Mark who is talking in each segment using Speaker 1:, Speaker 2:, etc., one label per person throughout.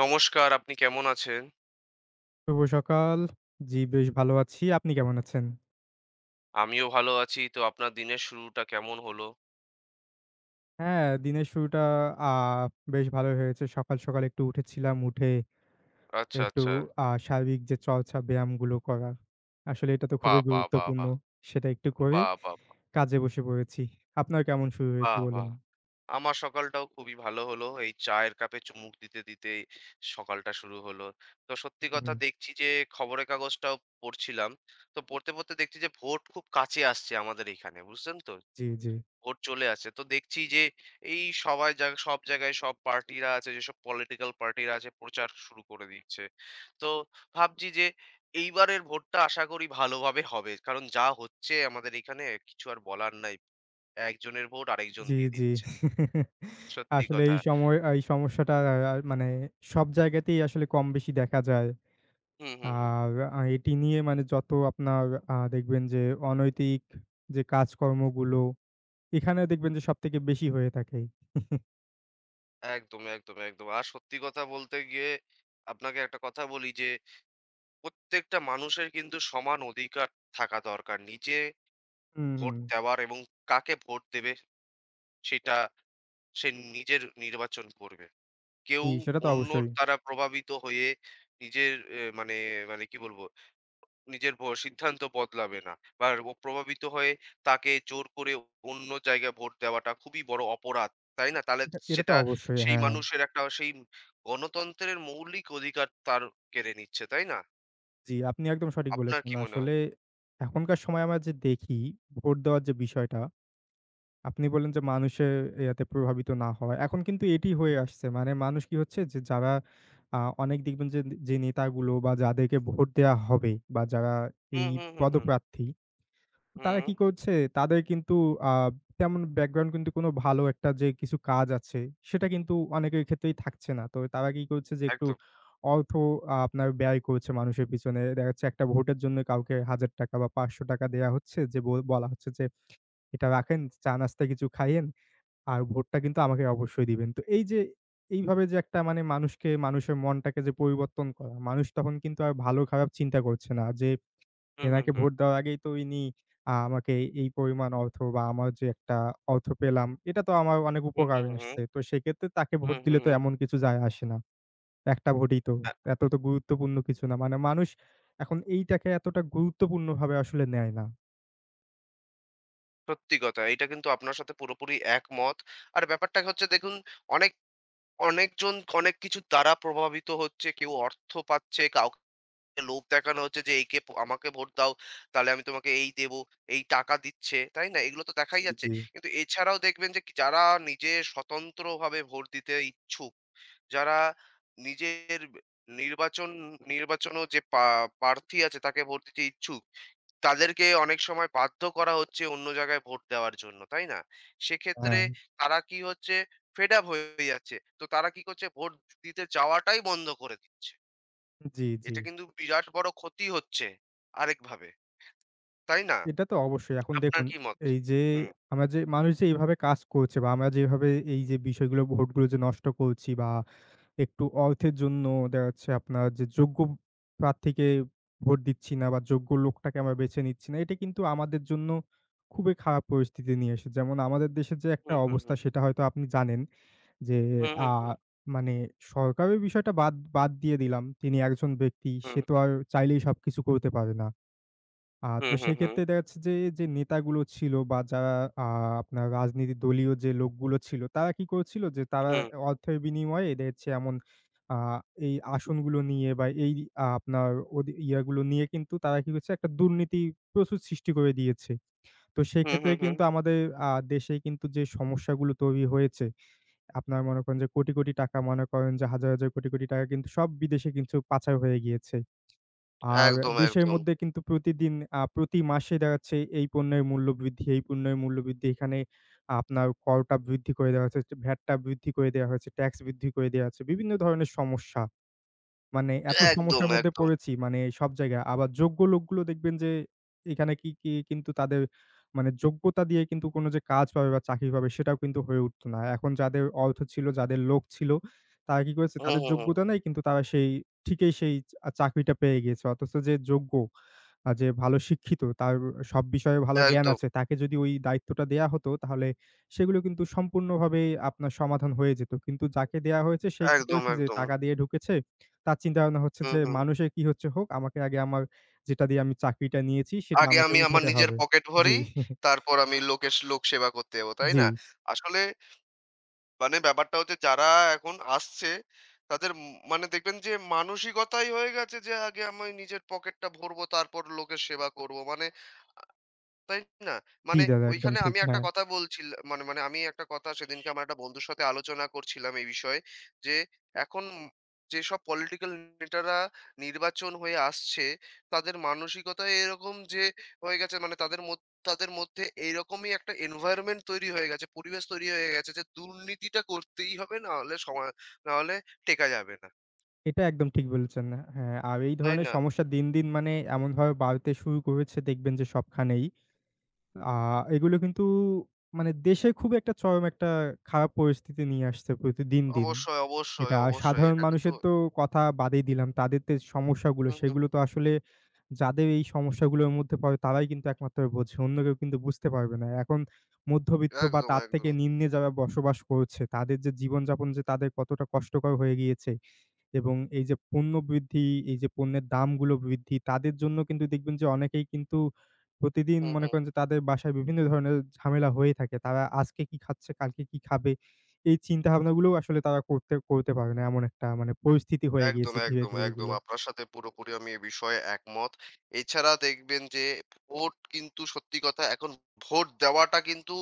Speaker 1: নমস্কার, আপনি কেমন আছেন?
Speaker 2: শুভ সকাল। জি, বেশ ভালো আছি। আপনি কেমন আছেন?
Speaker 1: আমিও ভালো আছি। তো আপনার দিনের শুরুটা কেমন হলো?
Speaker 2: হ্যাঁ, দিনের শুরুটা আ বেশ ভালোই হয়েছে। সকাল, সকাল একটু উঠেছিলাম। উঠে
Speaker 1: আচ্ছা,
Speaker 2: একটু
Speaker 1: আচ্ছা।
Speaker 2: শারীরিক যে চর্চা, ব্যায়ামগুলো করা। আসলে এটা তো
Speaker 1: বাহ!
Speaker 2: খুবই
Speaker 1: বাহ! বাহ!
Speaker 2: গুরুত্বপূর্ণ।
Speaker 1: বাহ!
Speaker 2: সেটা একটু করে
Speaker 1: বাহ! বাহ!
Speaker 2: কাজে বসে পড়েছি। আপনার কেমন শুরু হয়েছে
Speaker 1: বাহ!
Speaker 2: বলুন?
Speaker 1: বাহ! আমার সকালটাও খুবই ভালো হলো। এই চায়ের কাপে চুমুক দিতেই সকালটা শুরু হলো। তো সত্যি
Speaker 2: হুম,
Speaker 1: কথা
Speaker 2: হুম।
Speaker 1: দেখছি যে খবরের কাগজটাও পড়ছিলাম। তো পড়তে, পড়তে দেখছি যে ভোট খুব কাছে আসছে আমাদের এখানে। বুঝলেন তো?
Speaker 2: জি, জি।
Speaker 1: ভোট চলে আসছে। তো দেখছি যে এই সবাই জাগ সব জায়গায় সব পার্টিরা আছে, যেসব পলিটিক্যাল পার্টিরা আছে প্রচার শুরু করে দিচ্ছে। তো ভাবছি যে এইবারের ভোটটা আশা করি ভালোভাবে হবে। কারণ যা হচ্ছে আমাদের এখানে কিছু আর বলার নাই। একজনের ভোট আরেকজন
Speaker 2: জি,
Speaker 1: দিয়ে
Speaker 2: জি।
Speaker 1: দিচ্ছে। সত্যি
Speaker 2: আসলে
Speaker 1: কথা।
Speaker 2: এই সময় এই সমস্যাটা মানে সব জায়গাতেই আসলে কম বেশি দেখা যায়।
Speaker 1: হুম, হুম, হুম, হুম।
Speaker 2: আর এটি নিয়ে মানে যত আপনার দেখবেন যে অনৈতিক যে কাজকর্মগুলো, এখানে দেখবেন যে সবথেকে বেশি হয়ে থাকে।
Speaker 1: একদম, একদম, একদম। আর সত্যি কথা বলতে গিয়ে আপনাকে একটা কথা বলি যে প্রত্যেকটা মানুষের কিন্তু সমান অধিকার থাকা দরকার। নিজে
Speaker 2: হুম,
Speaker 1: ভোট
Speaker 2: হুম।
Speaker 1: দেওয়ার এবং কাকে ভোট দেবে সেটা সে নিজের নির্বাচন করবে। কেউ
Speaker 2: জি, সেটা তো
Speaker 1: অন্যর
Speaker 2: অবশ্যই।
Speaker 1: দ্বারা প্রভাবিত হয়ে নিজের এ মানে মানে কি বলবো? নিজের সিদ্ধান্ত বদলাবে না। বা ও প্রভাবিত হয়ে তাকে জোর করে অন্য জায়গায় ভোট দেওয়াটা খুবই বড় অপরাধ। তাই না? তাহলে
Speaker 2: এটা এটা তো
Speaker 1: সেটা
Speaker 2: অবশ্যই,
Speaker 1: সেই
Speaker 2: হ্যাঁ।
Speaker 1: মানুষের একটা সেই গণতন্ত্রের মৌলিক অধিকার তার কেড়ে নিচ্ছে। তাই না?
Speaker 2: জি, আপনি একদম সঠিক
Speaker 1: আপনার
Speaker 2: বলেছেন।
Speaker 1: কি মনে হয়?
Speaker 2: আসলে এখনকার সময় আমরা যে দেখি, ভোট দেওয়ার যে বিষয়টা, আপনি বললেন যে মানুষের ইয়াতে প্রভাবিত না হওয়া। এখন কিন্তু এটি হয়ে আসছে। মানে মানুষ কি হচ্ছে যে যারা অনেক দেখবেন যে, যে নেতাগুলো বা যাদেরকে ভোট দেয়া হবে বা যারা
Speaker 1: হুম,
Speaker 2: এই
Speaker 1: হুম, হুম, হুম।
Speaker 2: পদপ্রার্থী তারা
Speaker 1: হুম,
Speaker 2: কি করছে? তাদের কিন্তু আ তেমন ব্যাকগ্রাউন্ড কিন্তু কোনো ভালো একটা যে কিছু কাজ আছে, সেটা কিন্তু অনেকের ক্ষেত্রেই থাকছে না। তো তারা কি করছে যে একটু
Speaker 1: একদম।
Speaker 2: অর্থ আপনার ব্যয় করছে মানুষের পিছনে। দেখা যাচ্ছে একটা ভোটের জন্য কাউকে ৳১,০০০ বা ৳৫০০ দেয়া হচ্ছে যে বলা হচ্ছে যে, "এটা রাখেন, চা-নাস্তা কিছু খাইয়েন, আর ভোটটা কিন্তু আমাকে অবশ্যই দিবেন।" তো এই যে এইভাবে যে একটা মানে মানুষকে মানুষের মনটাকে যে পরিবর্তন করা, মানুষ তখন কিন্তু আর ভালো খারাপ চিন্তা করছে না যে
Speaker 1: হুম, হুম,
Speaker 2: এনাকে
Speaker 1: হুম।
Speaker 2: ভোট দেওয়ার আগেই তো ইনি আমাকে এই পরিমাণ অর্থ বা আমার যে একটা অর্থ পেলাম, এটা তো আমার অনেক
Speaker 1: হুম, হুম,
Speaker 2: উপকারে
Speaker 1: হুম।
Speaker 2: আসছে। তো সেক্ষেত্রে তাকে ভোট
Speaker 1: হুম, হুম,
Speaker 2: দিলে তো
Speaker 1: হুম।
Speaker 2: এমন কিছু যায় আসে না। একটা ভোটই তো। এত তো গুরুত্বপূর্ণ কিছু না। মানে মানুষ এখন এইটাকে এতটা গুরুত্বপূর্ণভাবে আসলে নেয় না।
Speaker 1: সত্যি কথা। এইটা কিন্তু আপনার সাথে পুরোপুরি একমত। আর ব্যাপারটা হচ্ছে দেখুন অনেক, অনেকজন অনেক কিছুর দ্বারা প্রভাবিত হচ্ছে। কেউ অর্থ পাচ্ছে, লোভ দেখানো হচ্ছে যে একে প আমাকে ভোট দাও, তাহলে আমি তোমাকে এই দেবো, এই টাকা দিচ্ছে, তাই না? এগুলো তো দেখাই
Speaker 2: জি,
Speaker 1: যাচ্ছে।
Speaker 2: জি।
Speaker 1: কিন্তু এছাড়াও দেখবেন যে যারা নিজে স্বতন্ত্রভাবে ভোট দিতে ইচ্ছুক, যারা নিজের নির্বাচন নির্বাচনেও যে প্রার্থী আছে তাকে ভোট দিতে ইচ্ছুক, তাদেরকে অনেক সময় বাধ্য করা হচ্ছে অন্য জায়গায় ভোট দেওয়ার জন্য, তাই না? সেক্ষেত্রে
Speaker 2: হ্যাঁ,
Speaker 1: তারা কি হচ্ছে ফেড আপ হয়ে যাচ্ছে। তো তারা কি করছে ভোট দিতে যাওয়াটাই বন্ধ করে দিচ্ছে।
Speaker 2: জি, জি।
Speaker 1: এটা কিন্তু বিরাট বড় ক্ষতি হচ্ছে আরেকভাবে। তাই না?
Speaker 2: এটা তো অবশ্যই। এখন
Speaker 1: আপনার
Speaker 2: দেখুন
Speaker 1: কি মত?
Speaker 2: এই যে
Speaker 1: হুম,
Speaker 2: আমরা যে মানুষ যে এইভাবে কাজ করছে বা আমরা যেভাবে এই যে বিষয়গুলো ভোটগুলো যে নষ্ট করছি বা একটু অর্থের জন্য দেখা যাচ্ছে আপনার যে যোগ্য প্রার্থীকে ভোট দিচ্ছি না বা যোগ্য লোকটাকে আমরা বেছে নিচ্ছি না। এটা কিন্তু আমাদের জন্য খুবই খারাপ পরিস্থিতি নিয়ে এসেছে। যেমন আমাদের দেশের যে একটা
Speaker 1: হুম, হুম,
Speaker 2: অবস্থা
Speaker 1: হুম,
Speaker 2: সেটা হয়তো আপনি জানেন যে
Speaker 1: হুম,
Speaker 2: আ
Speaker 1: হুম, হুম,
Speaker 2: মানে সরকারের বিষয়টা বাদ বাদ দিয়ে দিলাম। তিনি একজন ব্যক্তি সে
Speaker 1: হুম,
Speaker 2: তো আর চাইলেই সবকিছু করতে পারে না।
Speaker 1: হুম,
Speaker 2: তো
Speaker 1: হুম, হুম, হুম,
Speaker 2: সেক্ষেত্রে দেখা যাচ্ছে যে, যে নেতাগুলো ছিল বা যারা আ আপনার রাজনীতি দলীয় যে লোকগুলো ছিল, তারা কি করেছিল যে তারা
Speaker 1: হুম।
Speaker 2: অর্থের বিনিময়ে দেখা যাচ্ছে এমন আ এই আসনগুলো নিয়ে বা এই আপনার ওদি ইয়াগুলো নিয়ে কিন্তু তারা কি করছে একটা দুর্নীতি প্রচুর সৃষ্টি করে দিয়েছে। তো সেক্ষেত্রে
Speaker 1: হুম,
Speaker 2: কিন্তু আমাদের দেশে কিন্তু যে সমস্যাগুলো তৈরি হয়েছে, আপনারা মনে করেন যে কোটি, কোটি টাকা মনে করেন যে হাজার, হাজার কোটি, কোটি টাকা কিন্তু সব বিদেশে কিন্তু পাচার হয়ে গিয়েছে। আর
Speaker 1: একদম,
Speaker 2: দেশের
Speaker 1: একদম,
Speaker 2: মধ্যে কিন্তু প্রতিদিন প্রতি মাসে দেখা যাচ্ছে এই পণ্যের মূল্য বৃদ্ধি, এই পণ্যের মূল্য বৃদ্ধি। এখানে আপনার করটা বৃদ্ধি করে দেওয়া হচ্ছে, ভ্যাটটা বৃদ্ধি করে দেওয়া হয়েছে, ট্যাক্স বৃদ্ধি করে দেওয়া হচ্ছে। বিভিন্ন ধরনের সমস্যা। মানে এত
Speaker 1: একদম,
Speaker 2: সমস্যার মধ্যে
Speaker 1: একদম।
Speaker 2: পড়েছি মানে সব জায়গায়। আবার যোগ্য লোকগুলো দেখবেন যে এখানে কি, কি কিন্তু তাদের মানে যোগ্যতা দিয়ে কিন্তু কোনো যে কাজ পাবে বা চাকরি পাবে সেটাও কিন্তু হয়ে উঠত না। এখন যাদের অর্থ ছিল, যাদের লোক ছিল তারা কি করেছে?
Speaker 1: হুম,
Speaker 2: তাদের
Speaker 1: হুম, হুম।
Speaker 2: যোগ্যতা নেই কিন্তু তারা সেই ঠিকই সেই চাকরিটা পেয়ে গিয়েছে। অথচ যে যোগ্য যে ভালো শিক্ষিত, তার সব বিষয়ে ভালো জ্ঞান
Speaker 1: একদম,
Speaker 2: আছে। তাকে যদি ওই দায়িত্বটা দেয়া হতো, তাহলে সেগুলো কিন্তু সম্পূর্ণভাবেই আপনার সমাধান হয়ে যেত। কিন্তু যাকে দেয়া হয়েছে সে কি
Speaker 1: একদম,
Speaker 2: করেছে যে
Speaker 1: একদম।
Speaker 2: টাকা দিয়ে ঢুকেছে। তার চিন্তাভাবনা হচ্ছে
Speaker 1: হুম,
Speaker 2: যে
Speaker 1: হুম।
Speaker 2: মানুষের কি হচ্ছে হোক, আমাকে আগে আমার যেটা দিয়ে আমি চাকরিটা নিয়েছি সেটা
Speaker 1: আগে
Speaker 2: আমাকে
Speaker 1: আমি আমার
Speaker 2: উঠাতে
Speaker 1: নিজের
Speaker 2: হবে।
Speaker 1: পকেট
Speaker 2: জি,
Speaker 1: ভরি, তারপর আমি লোক সেবা করতে যাবো। তাই
Speaker 2: জি,
Speaker 1: না? আসলে মানে ব্যাপারটা হচ্ছে যারা এখন আসছে তাদের ম মানে দেখবেন যে মানসিকতাই হয়ে গেছে যে আগে আমি নিজের পকেটটা ভরবো তারপর লোকের সেবা করব। মানে তাই না?
Speaker 2: জি,
Speaker 1: মানে
Speaker 2: দাদা একদম
Speaker 1: ঐখানে
Speaker 2: ঠিক।
Speaker 1: আমি একটা
Speaker 2: হ্যাঁ,
Speaker 1: কথা বলছিল মানে মানে আমি একটা কথা সেদিনকে আমার একটা বন্ধুর সাথে আলোচনা করছিলাম এই বিষয়ে যে, এখন যেসব পলিটিক্যাল নেতারা নির্বাচন হয়ে আসছে, তাদের মানসিকতা এরকম যে হয়ে গেছে মানে তাদের মধ্যে এইরকমই একটা environment তৈরি হয়ে গেছে, পরিবেশ তৈরি হয়ে গেছে যে দুর্নীতিটা করতেই হবে নাহলে টেকা যাবে না।
Speaker 2: এটা একদম ঠিক বলেছেন। হ্যাঁ, আর এই
Speaker 1: তাই
Speaker 2: ধরনের
Speaker 1: না?
Speaker 2: সমস্যা দিন, দিন মানে এমনভাবে বাড়তে শুরু করেছে দেখবেন যে সবখানেই। আ এগুলো কিন্তু মানে দেশে খুব একটা চরম একটা খারাপ পরিস্থিতি নিয়ে আসছে প্রতি দিন, দিন।
Speaker 1: অবশ্যই, অবশ্যই,
Speaker 2: এটা
Speaker 1: অবশ্যই।
Speaker 2: সাধারণ
Speaker 1: এটা কিন্তু
Speaker 2: মানুষের তো কথা বাদই দিলাম। তাদের সমস্যাগুলো
Speaker 1: হুম, হুম,
Speaker 2: সেগুলো
Speaker 1: হুম।
Speaker 2: তো আসলে যাদের এই সমস্যাগুলোর মধ্যে পড়ে তারাই কিন্তু একমাত্র বোঝে। অন্য কেউ কিন্তু বুঝতে পারবে না। এখন মধ্যবিত্ত বা
Speaker 1: একদম,
Speaker 2: তার থেকে
Speaker 1: একদম।
Speaker 2: নিম্নে যারা বসবাস করছে তাদের যে জীবনযাপন যে তাদের কতটা কষ্টকর হয়ে গিয়েছে এবং এই যে পণ্য বৃদ্ধি, এই যে পণ্যের দামগুলো বৃদ্ধি, তাদের জন্য কিন্তু দেখবেন যে অনেকেই কিন্তু প্রতিদিন
Speaker 1: হুম,
Speaker 2: মনে
Speaker 1: হুম,
Speaker 2: করেন যে তাদের বাসায় বিভিন্ন ধরনের ঝামেলা হয়ে থাকে। তারা আজকে কি খাচ্ছে, কালকে কি খাবে? এই চিন্তা
Speaker 1: হুম।
Speaker 2: ভাবনাগুলোও আসলে তারা করতে করতে পারে না। এমন একটা মানে পরিস্থিতি হয়ে
Speaker 1: একদম,
Speaker 2: গিয়েছে ধীরে,
Speaker 1: একদম,
Speaker 2: ধীরে
Speaker 1: একদম।
Speaker 2: এগুলো।
Speaker 1: আপনার সাথে পুরোপুরি আমি এ বিষয়ে একমত। এছাড়া দেখবেন যে ভোট কিন্তু সত্যি কথা এখন ভোট দেওয়াটা কিন্তু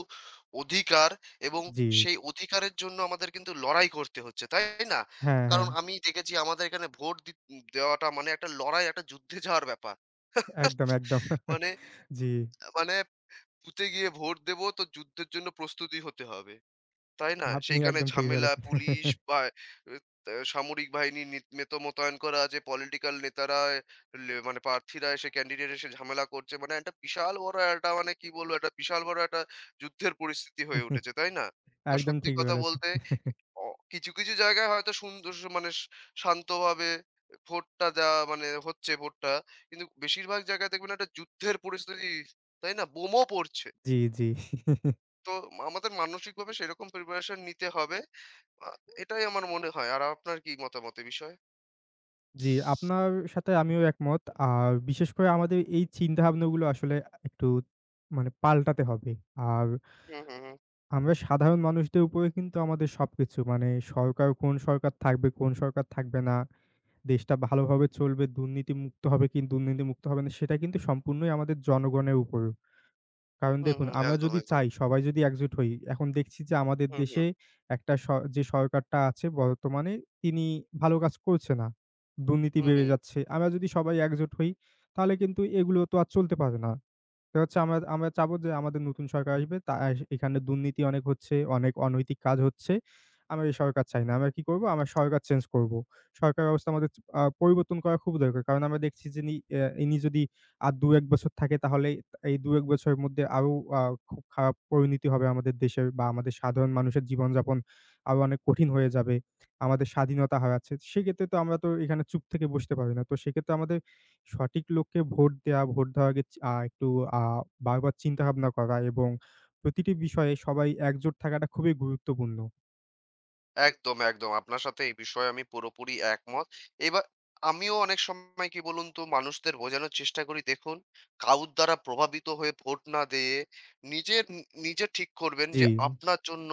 Speaker 1: অধিকার এবং
Speaker 2: জি।
Speaker 1: সেই অধিকারের জন্য আমাদের কিন্তু লড়াই করতে হচ্ছে, তাই না?
Speaker 2: হ্যাঁ,
Speaker 1: কারণ
Speaker 2: হ্যাঁ।
Speaker 1: আমি দেখেছি আমাদের এখানে ভোট দি দেওয়াটা মানে একটা লড়াই, একটা যুদ্ধে যাওয়ার ব্যাপার।
Speaker 2: একদম, একদম।
Speaker 1: মানে
Speaker 2: জি।
Speaker 1: মানে বুথে গিয়ে ভোট দেব তো যুদ্ধের জন্য প্রস্তুতি হতে হবে। তাই না?
Speaker 2: আপনি
Speaker 1: সেইখানে
Speaker 2: একদম ঠিক
Speaker 1: ঝামেলা,
Speaker 2: বলেছেন।
Speaker 1: পুলিশ বা এ তা সামরিক বাহিনী নিত মেতো মোতায়েন করা আছে। পলিটিক্যাল নেতারা লে মানে প্রার্থীরা এসে ক্যান্ডিডেট এসে ঝামেলা করছে। মানে একটা বিশাল বড় একটা মানে কি বলবো? একটা বিশাল বড় একটা যুদ্ধের পরিস্থিতি হয়ে উঠেছে, তাই না? তো
Speaker 2: একদম
Speaker 1: সত্যি
Speaker 2: ঠিক
Speaker 1: কথা
Speaker 2: বলেছেন।
Speaker 1: বলতে অ কিছু, কিছু জায়গায় হয়তো সুন্দর স মানে স শান্তভাবে ভোটটা দেওয়া মানে হচ্ছে ভোটটা। কিন্তু বেশিরভাগ জায়গায় দেখবেন একটা যুদ্ধের পরিস্থিতি, তাই না? বোমও পড়ছে।
Speaker 2: জি, জি।
Speaker 1: তো আমাদের মানসিকভাবে সেরকম প্রিপারেশন নিতে হবে। আ এটাই আমার মনে হয়। আর আপনার কি মতামত এ বিষয়ে?
Speaker 2: জি, আপনার সাথে আমিও একমত। আর বিশেষ করে আমাদের এই চিন্তাভাবনাগুলো আসলে একটু মানে পাল্টাতে হবে। আর
Speaker 1: হুম, হুম, হুম।
Speaker 2: আমরা সাধারণ মানুষদের উপরে কিন্তু আমাদের সবকিছু মানে সরকার কোন সরকার থাকবে, কোন সরকার থাকবে না, দেশটা ভালোভাবে চলবে, দুর্নীতিমুক্ত হবে কি দুর্নীতিমুক্ত হবে না সেটা কিন্তু সম্পূর্ণই আমাদের জনগণের উপর। কারণ
Speaker 1: হুম,
Speaker 2: দেখুন,
Speaker 1: হুম।
Speaker 2: আমরা
Speaker 1: একদম,
Speaker 2: যদি
Speaker 1: একদম।
Speaker 2: চাই সবাই যদি একজোট হই, এখন দেখছি যে আমাদের
Speaker 1: হুম, হুম।
Speaker 2: দেশে একটা যে সরকারটা আছে বর্তমানে তিনি ভালো কাজ করছে না। দুর্নীতি
Speaker 1: হুম,
Speaker 2: বেড়ে
Speaker 1: হুম।
Speaker 2: যাচ্ছে। আমরা যদি সবাই একজোট হই, তাহলে কিন্তু এগুলো তো আর চলতে পারে না। তো হচ্ছে আমরা আমরা চাবো যে আমাদের নতুন সরকার আসবে। তা এস এখানে দুর্নীতি অনেক হচ্ছে, অনেক অনৈতিক কাজ হচ্ছে। আমরা এই সরকার চাই না। আমরা কি করব? আমরা সরকার চেঞ্জ করব। সরকার ব্যবস্থা আমাদের চ আ পরিবর্তন করা খুব দরকার। কারণ আমরা দেখছি যে নি অ্যা ইনি যদি আর ২-১ বছর থাকে তাহলে এই ২-১ বছরের মধ্যে আরো আ খুব খারাপ পরিণতি হবে আমাদের দেশের বা আমাদের সাধারণ মানুষের জীবনযাপন আরো অনেক কঠিন হয়ে যাবে। আমাদের স্বাধীনতা হারাচ্ছে। সেক্ষেত্রে তো আমরা তো এখানে চুপ থেকে বসতে পারি না। তো সেক্ষেত্রে আমাদের সঠিক লোককে ভোট দেয়া, ভোট দেওয়ার আগে চি আ একটু আ বারবার চিন্তাভাবনা করা এবং প্রতিটি বিষয়ে সবাই একজোট থাকাটা খুবই গুরুত্বপূর্ণ।
Speaker 1: একদম, একদম। আপনার সাথে এই বিষয়ে আমি পুরোপুরি একমত। এবার আমিও অনেক সময় কি বলুন তো মানুষদের বোঝানোর চেষ্টা করি, দেখুন কারুর দ্বারা প্রভাবিত হয়ে ভোট না দিয়ে নিজের নি নিজে ঠিক করবেন
Speaker 2: জি,
Speaker 1: যে আপনার জন্য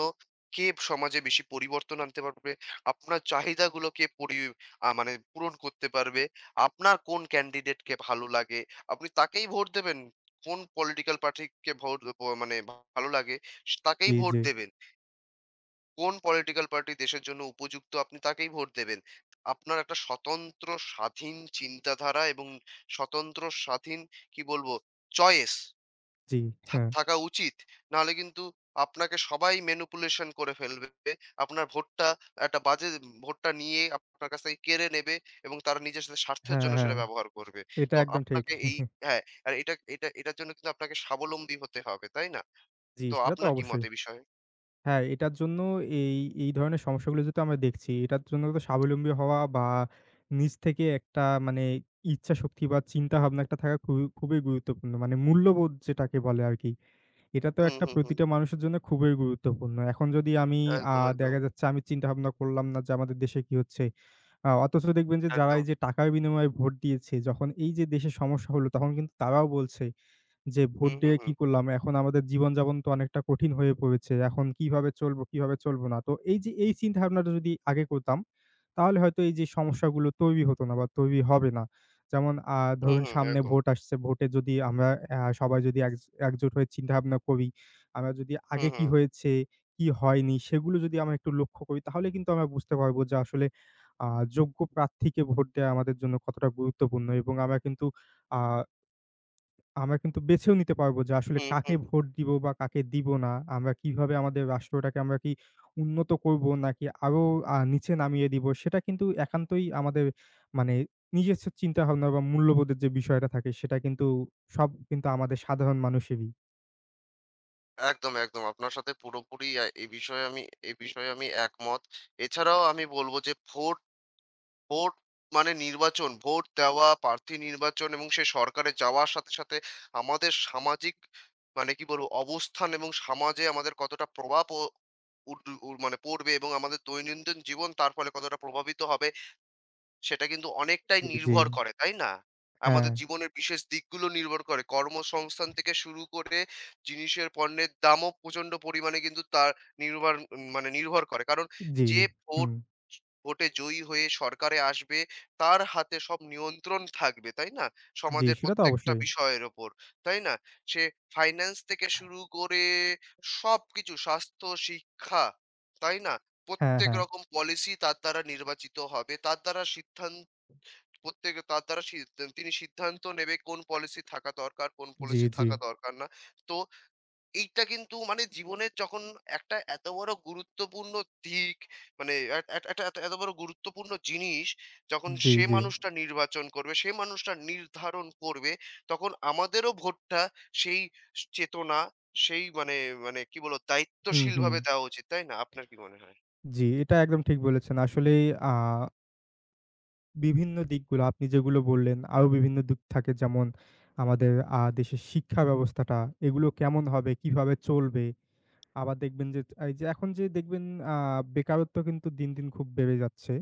Speaker 1: কে সমাজে বেশি পরিবর্তন আনতে পারবে, আপনার চাহিদাগুলো কে পরি আ মানে পূরণ করতে পারবে, আপনার কোন ক্যান্ডিডেটকে ভালো লাগে, আপনি তাকেই ভোট দেবেন। কোন পলিটিক্যাল পার্টিকে ভোট ব মানে ভালো লাগে, তাকেই
Speaker 2: জি,
Speaker 1: ভোট
Speaker 2: জি,
Speaker 1: দেবেন। কোন পলিটিক্যাল পার্টি দেশের জন্য উপযুক্ত আপনি তাকেই ভোট দেবেন। আপনার একটা স্বতন্ত্র স্বাধীন চিন্তাধারা এবং স্বতন্ত্র স্বাধীন কি বলবো চয়েস
Speaker 2: জি। হ্যাঁ,
Speaker 1: থাকা উচিত। নাহলে কিন্তু আপনাকে সবাই ম্যানিপুলেশন করে ফেলবে। আপনার ভোটটা একটা বাজে ভোটটা নিয়ে আপনার কাছ থেকে কেড়ে নেবে এবং তারা নিজেদের স্বার্থের
Speaker 2: হ্যাঁ,
Speaker 1: জন্য
Speaker 2: হ্যাঁ।
Speaker 1: সেটা ব্যবহার করবে।
Speaker 2: এটা
Speaker 1: তো
Speaker 2: একদম ঠিক।
Speaker 1: আপনাকে এই হ্যাঁ, আর এটা এটা এটার জন্য কিন্তু আপনাকে স্বাবলম্বী হতে হবে, তাই না?
Speaker 2: জি,
Speaker 1: তো
Speaker 2: সেটা তো
Speaker 1: আপনার কি মত
Speaker 2: অবশ্যই।
Speaker 1: এ বিষয়ে?
Speaker 2: হ্যাঁ, এটার জন্য এই, এই ধরনের সমস্যাগুলো যেহেতু আমরা দেখছি, এটার জন্য তো স্বাবলম্বী হওয়া বা নিজ থেকে একটা মানে ইচ্ছাশক্তি বা চিন্তাভাবনা একটা থাকা খুবই, খুবই গুরুত্বপূর্ণ। মানে মূল্যবোধ যেটাকে বলে আরকি। এটা তো
Speaker 1: হুম,
Speaker 2: একটা
Speaker 1: হুম, হুম।
Speaker 2: প্রতিটা মানুষের জন্য খুবই গুরুত্বপূর্ণ। এখন যদি আমি আ
Speaker 1: একদম, একদম,
Speaker 2: দেখা যাচ্ছে আমি চিন্তাভাবনা করলাম না যে আমাদের দেশে কি হচ্ছে। অথচ দেখবেন যে যারা
Speaker 1: একদম।
Speaker 2: এই যে টাকার বিনিময়ে ভোট দিয়েছে, যখন এই যে দেশে সমস্যা হলো তখন কিন্তু তারাও বলছে যে ভোট
Speaker 1: হুম, হুম,
Speaker 2: দিয়ে
Speaker 1: হুম।
Speaker 2: কি করলাম? এখন আমাদের জীবনযাপন তো অনেকটা কঠিন হয়ে পড়েছে। এখন কিভাবে চলবো, কিভাবে চলবো না। তো এই যে এই চিন্তাভাবনাটা যদি আগে করতাম, তাহলে হয়তো এই যে সমস্যাগুলো তৈরি হতো না বা তৈরি হবে না। যেমন
Speaker 1: হুম,
Speaker 2: ধরুন
Speaker 1: হুম,
Speaker 2: সামনে
Speaker 1: একদম।
Speaker 2: ভোট আসছে। ভোটে যদি আমরা সবাই যদি একজোট হয়ে চিন্তাভাবনা করি, আমরা যদি
Speaker 1: হুম,
Speaker 2: আগে কি
Speaker 1: হুম,
Speaker 2: হয়েছে, কি হয়নি সেগুলো যদি আমরা একটু লক্ষ্য করি তাহলে কিন্তু আমরা বুঝতে পারবো যে আসলে আ যোগ্য প্রার্থীকে ভোট দেওয়া আমাদের জন্য কতটা গুরুত্বপূর্ণ এবং আ আমরা কিন্তু বেছেও নিতে পারবো যে আসলে
Speaker 1: হুম,
Speaker 2: কাকে
Speaker 1: হুম।
Speaker 2: ভোট দিব বা কাকে দিব না। আমরা কিভাবে আমাদের রাষ্ট্রটাকে আমরা কি উন্নত করব নাকি আরো নিচে নামিয়ে দিব সেটা কিন্তু একান্তই আমাদের মানে নিজস্ব চিন্তাভাবনা বা মূল্যবোধের যে বিষয়টা থাকে সেটা কিন্তু সব কিন্তু আমাদের সাধারণ মানুষেরই।
Speaker 1: একদম, একদম। আপনার সাথে পুরোপুরি এ বিষয়ে আমি একমত। এছাড়াও আমি বলব যে ভোট ভোট মানে নির্বাচন, ভোট দেওয়া, প্রার্থী নির্বাচন এবং সে সরকারে যাওয়ার সাথে, সাথে আমাদের সামাজিক মানে কি বলব অবস্থান এবং সমাজে আমাদের কতটা প্রভাব ও উড উ মানে পড়বে এবং আমাদের দৈনন্দিন জীবন তার ফলে কতটা প্রভাবিত হবে সেটা কিন্তু অনেকটাই
Speaker 2: জি, জি।
Speaker 1: নির্ভর করে, তাই না? আমাদের
Speaker 2: হ্যাঁ,
Speaker 1: জীবনের বিশেষ দিকগুলো নির্ভর করে। কর্মসংস্থান থেকে শুরু করে জিনিসের পণ্যের দামও প্রচন্ড পরিমাণে কিন্তু তার নির্ভর উম, মানে নির্ভর করে। কারণ
Speaker 2: জি,
Speaker 1: যে ভোট
Speaker 2: হুম,
Speaker 1: ভোটে জয়ী হয়ে সরকারে আসবে তার হাতে সব নিয়ন্ত্রণ থাকবে, তাই না?
Speaker 2: জি
Speaker 1: সমাজের
Speaker 2: সেটা তো
Speaker 1: প্রত্যেকটা
Speaker 2: অবশ্যই।
Speaker 1: বিষয়ের ওপর, তাই না? সে ফাইন্যান্স থেকে শুরু করে সবকিছু স্বাস্থ্য, শিক্ষা, তাই না?
Speaker 2: হ্যাঁ,
Speaker 1: প্রত্যেক
Speaker 2: হ্যাঁ,
Speaker 1: রকম পলিসি তার দ্বারা নির্বাচিত হবে। তার দ্বারা সিদ্ধান প্রত্যেক তার দ্বারা সি তিনি সিদ্ধান্ত নেবে কোন পলিসি থাকা দরকার, কোন
Speaker 2: জি,
Speaker 1: পলিসি
Speaker 2: জি,
Speaker 1: থাকা দরকার না। তো এইটা কিন্তু মানে জীবনের যখন একটা এত বড় গুরুত্বপূর্ণ দিক মানে এ এট একটা এত এত বড় গুরুত্বপূর্ণ জিনিস যখন
Speaker 2: জি,
Speaker 1: সে
Speaker 2: জি,
Speaker 1: মানুষটা নির্বাচন করবে, সে মানুষটা নির্ধারণ করবে, তখন আমাদেরও ভোটটা সেই চেতনা, সেই মানে মানে কি বলবো
Speaker 2: হুম, হুম,
Speaker 1: দায়িত্বশীলভাবে দেওয়া উচিত। তাই না? আপনার কি মনে হয়?
Speaker 2: জি এটা একদম ঠিক বলেছেন। আসলেই আ বিভিন্ন দিকগুলো আপনি যেগুলো বললেন, আরো বিভিন্ন দিক থাকে যেমন আমাদের দেশের শিক্ষা ব্যবস্থাটা, এগুলো কেমন হবে, কিভাবে চলবে? আবার দেখবেন যে এই যে এখন যে দেখবেন আ বেকারত্ব কিন্তু দিন, দিন খুব বেড়ে যাচ্ছে।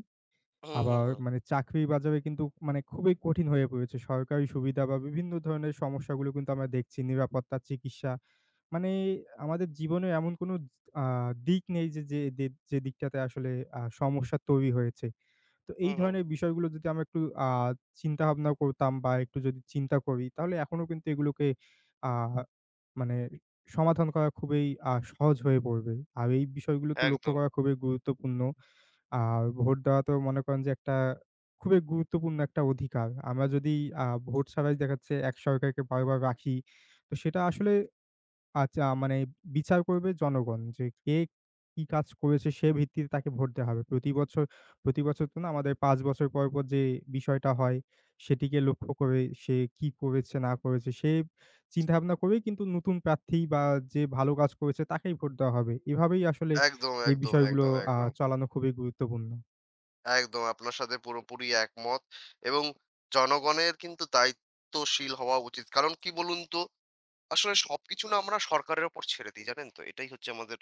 Speaker 1: হুম, হুম,
Speaker 2: আবার
Speaker 1: হুম।
Speaker 2: মানে চাকরির বাজারে কিন্তু মানে খুবই কঠিন হয়ে পড়েছে। সরকারি সুবিধা বা বিভিন্ন ধরনের সমস্যাগুলো কিন্তু আমরা দেখছি। নিরাপত্তা, চিকিৎসা। মানে আমাদের জীবনে এমন কোনো আ দিক নেই যে, যে, যে যে দিকটাতে আসলে সমস্যা তৈরি হয়েছে। তো
Speaker 1: হুম,
Speaker 2: এই
Speaker 1: হুম।
Speaker 2: ধরনের বিষয়গুলো যদি আমরা একটু আ চিন্তাভাবনা করতাম বা একটু যদি চিন্তা করি তাহলে এখনো কিন্তু এগুলোকে আ মানে সমাধান করা খুবই সহজ হয়ে পড়বে। আর এই বিষয়গুলো তো লক্ষ্য
Speaker 1: একদম।
Speaker 2: করা খুবই গুরুত্বপূর্ণ। আর ভোট দেওয়া তো মনে করেন যে একটা খুবই গুরুত্বপূর্ণ একটা অধিকার। আমরা যদি ভোট ছাড়াই দেখা যাচ্ছে এক সরকারকে বারবার রাখি, তো সেটা আসলে আচ্ছা মানে বিচার করবে জনগণ যে কে কি কাজ করেছে সে ভিত্তিতে তাকে ভোট দেওয়া হবে। প্রতি বছর তো না আমাদের ৫ বছর পর, পর যে বিষয়টা হয় সেটিকে লক্ষ্য করে সে কি করেছে না করেছে সে চিন্তাভাবনা করেই কিন্তু নতুন প্রার্থী বা যে ভালো কাজ করেছে তাকেই ভোট দেওয়া হবে। এভাবেই আসলে
Speaker 1: একদম,
Speaker 2: এই
Speaker 1: একদম,
Speaker 2: বিষয়গুলো
Speaker 1: একদম,
Speaker 2: আ
Speaker 1: একদম।
Speaker 2: চালানো খুবই গুরুত্বপূর্ণ।
Speaker 1: একদম আপনার সাথে পুরোপুরি একমত এবং জনগণের কিন্তু দায়িত্বশীল হওয়া উচিত। কারণ কি বলুন তো? আসলে সবকিছু না আমরা সরকারের উপর ছেড়ে দিই, জানেন তো? এটাই হচ্ছে আমাদের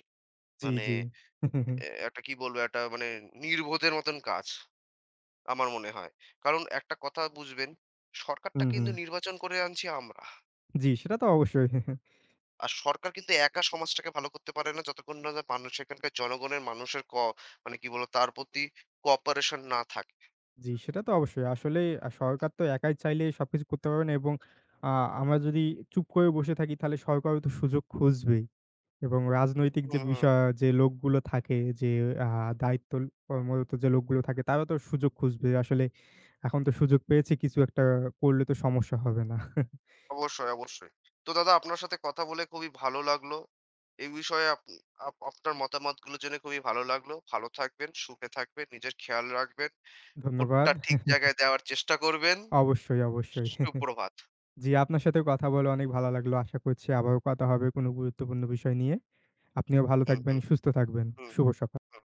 Speaker 2: জি,
Speaker 1: মানে
Speaker 2: জি।
Speaker 1: একটা কি বলবো? একটা মানে নির্বোধের মতন কাজ, আমার মনে হয়। কারণ একটা কথা বুঝবেন, সরকারটা
Speaker 2: হুম,
Speaker 1: কিন্তু
Speaker 2: হুম।
Speaker 1: নির্বাচন করে আনছি আমরা।
Speaker 2: জি, সেটা তো অবশ্যই।
Speaker 1: আর সরকার কিন্তু একা সমাজটাকে ভালো করতে পারে না যতক্ষণ না মানুষ সেখানকার জনগণের মানুষের মানে কি বলবো তার প্রতি কোঅপারেশন না থাকে।
Speaker 2: জি, সেটা তো অবশ্যই। আসলে সরকার তো একাই চাইলে সবকিছু করতে পারবে না এবং আ আমরা যদি চুপ করে বসে থাকি তাহলে সরকারও তো সুযোগ খুঁজবেই এবং রাজনৈতিক যে
Speaker 1: হুম, হুম।
Speaker 2: বিষয় যে লোকগুলো থাকে যে আ দায়িত্ব কর্মরত যে লোকগুলো থাকে তারা তো সুযোগ খুঁজবে। আসলে এখন তো সুযোগ পেয়েছি কিছু একটা করলে তো সমস্যা হবে না।
Speaker 1: অবশ্যই, অবশ্যই। তো দাদা আপনার সাথে কথা বলে খুবই ভালো লাগলো। এই বিষয়ে আপ আপ আপনার মতামতগুলো জেনে খুবই ভালো লাগলো। ভালো থাকবেন, সুখে থাকবেন, নিজের খেয়াল রাখবেন। ভোটটা
Speaker 2: ধন্যবাদ।
Speaker 1: ঠিক জায়গায় দেওয়ার চেষ্টা করবেন।
Speaker 2: অবশ্যই, অবশ্যই।
Speaker 1: সুপ্রভাত।
Speaker 2: জি, আপনার সাথেও কথা বলে অনেক ভালো লাগলো। আশা করছি আবারও কথা হবে কোনো গুরুত্বপূর্ণ বিষয় নিয়ে। আপনিও ভালো
Speaker 1: হুম,
Speaker 2: থাকবেন,
Speaker 1: হুম,
Speaker 2: সুস্থ থাকবেন।
Speaker 1: হুম,
Speaker 2: শুভ সক
Speaker 1: হুম।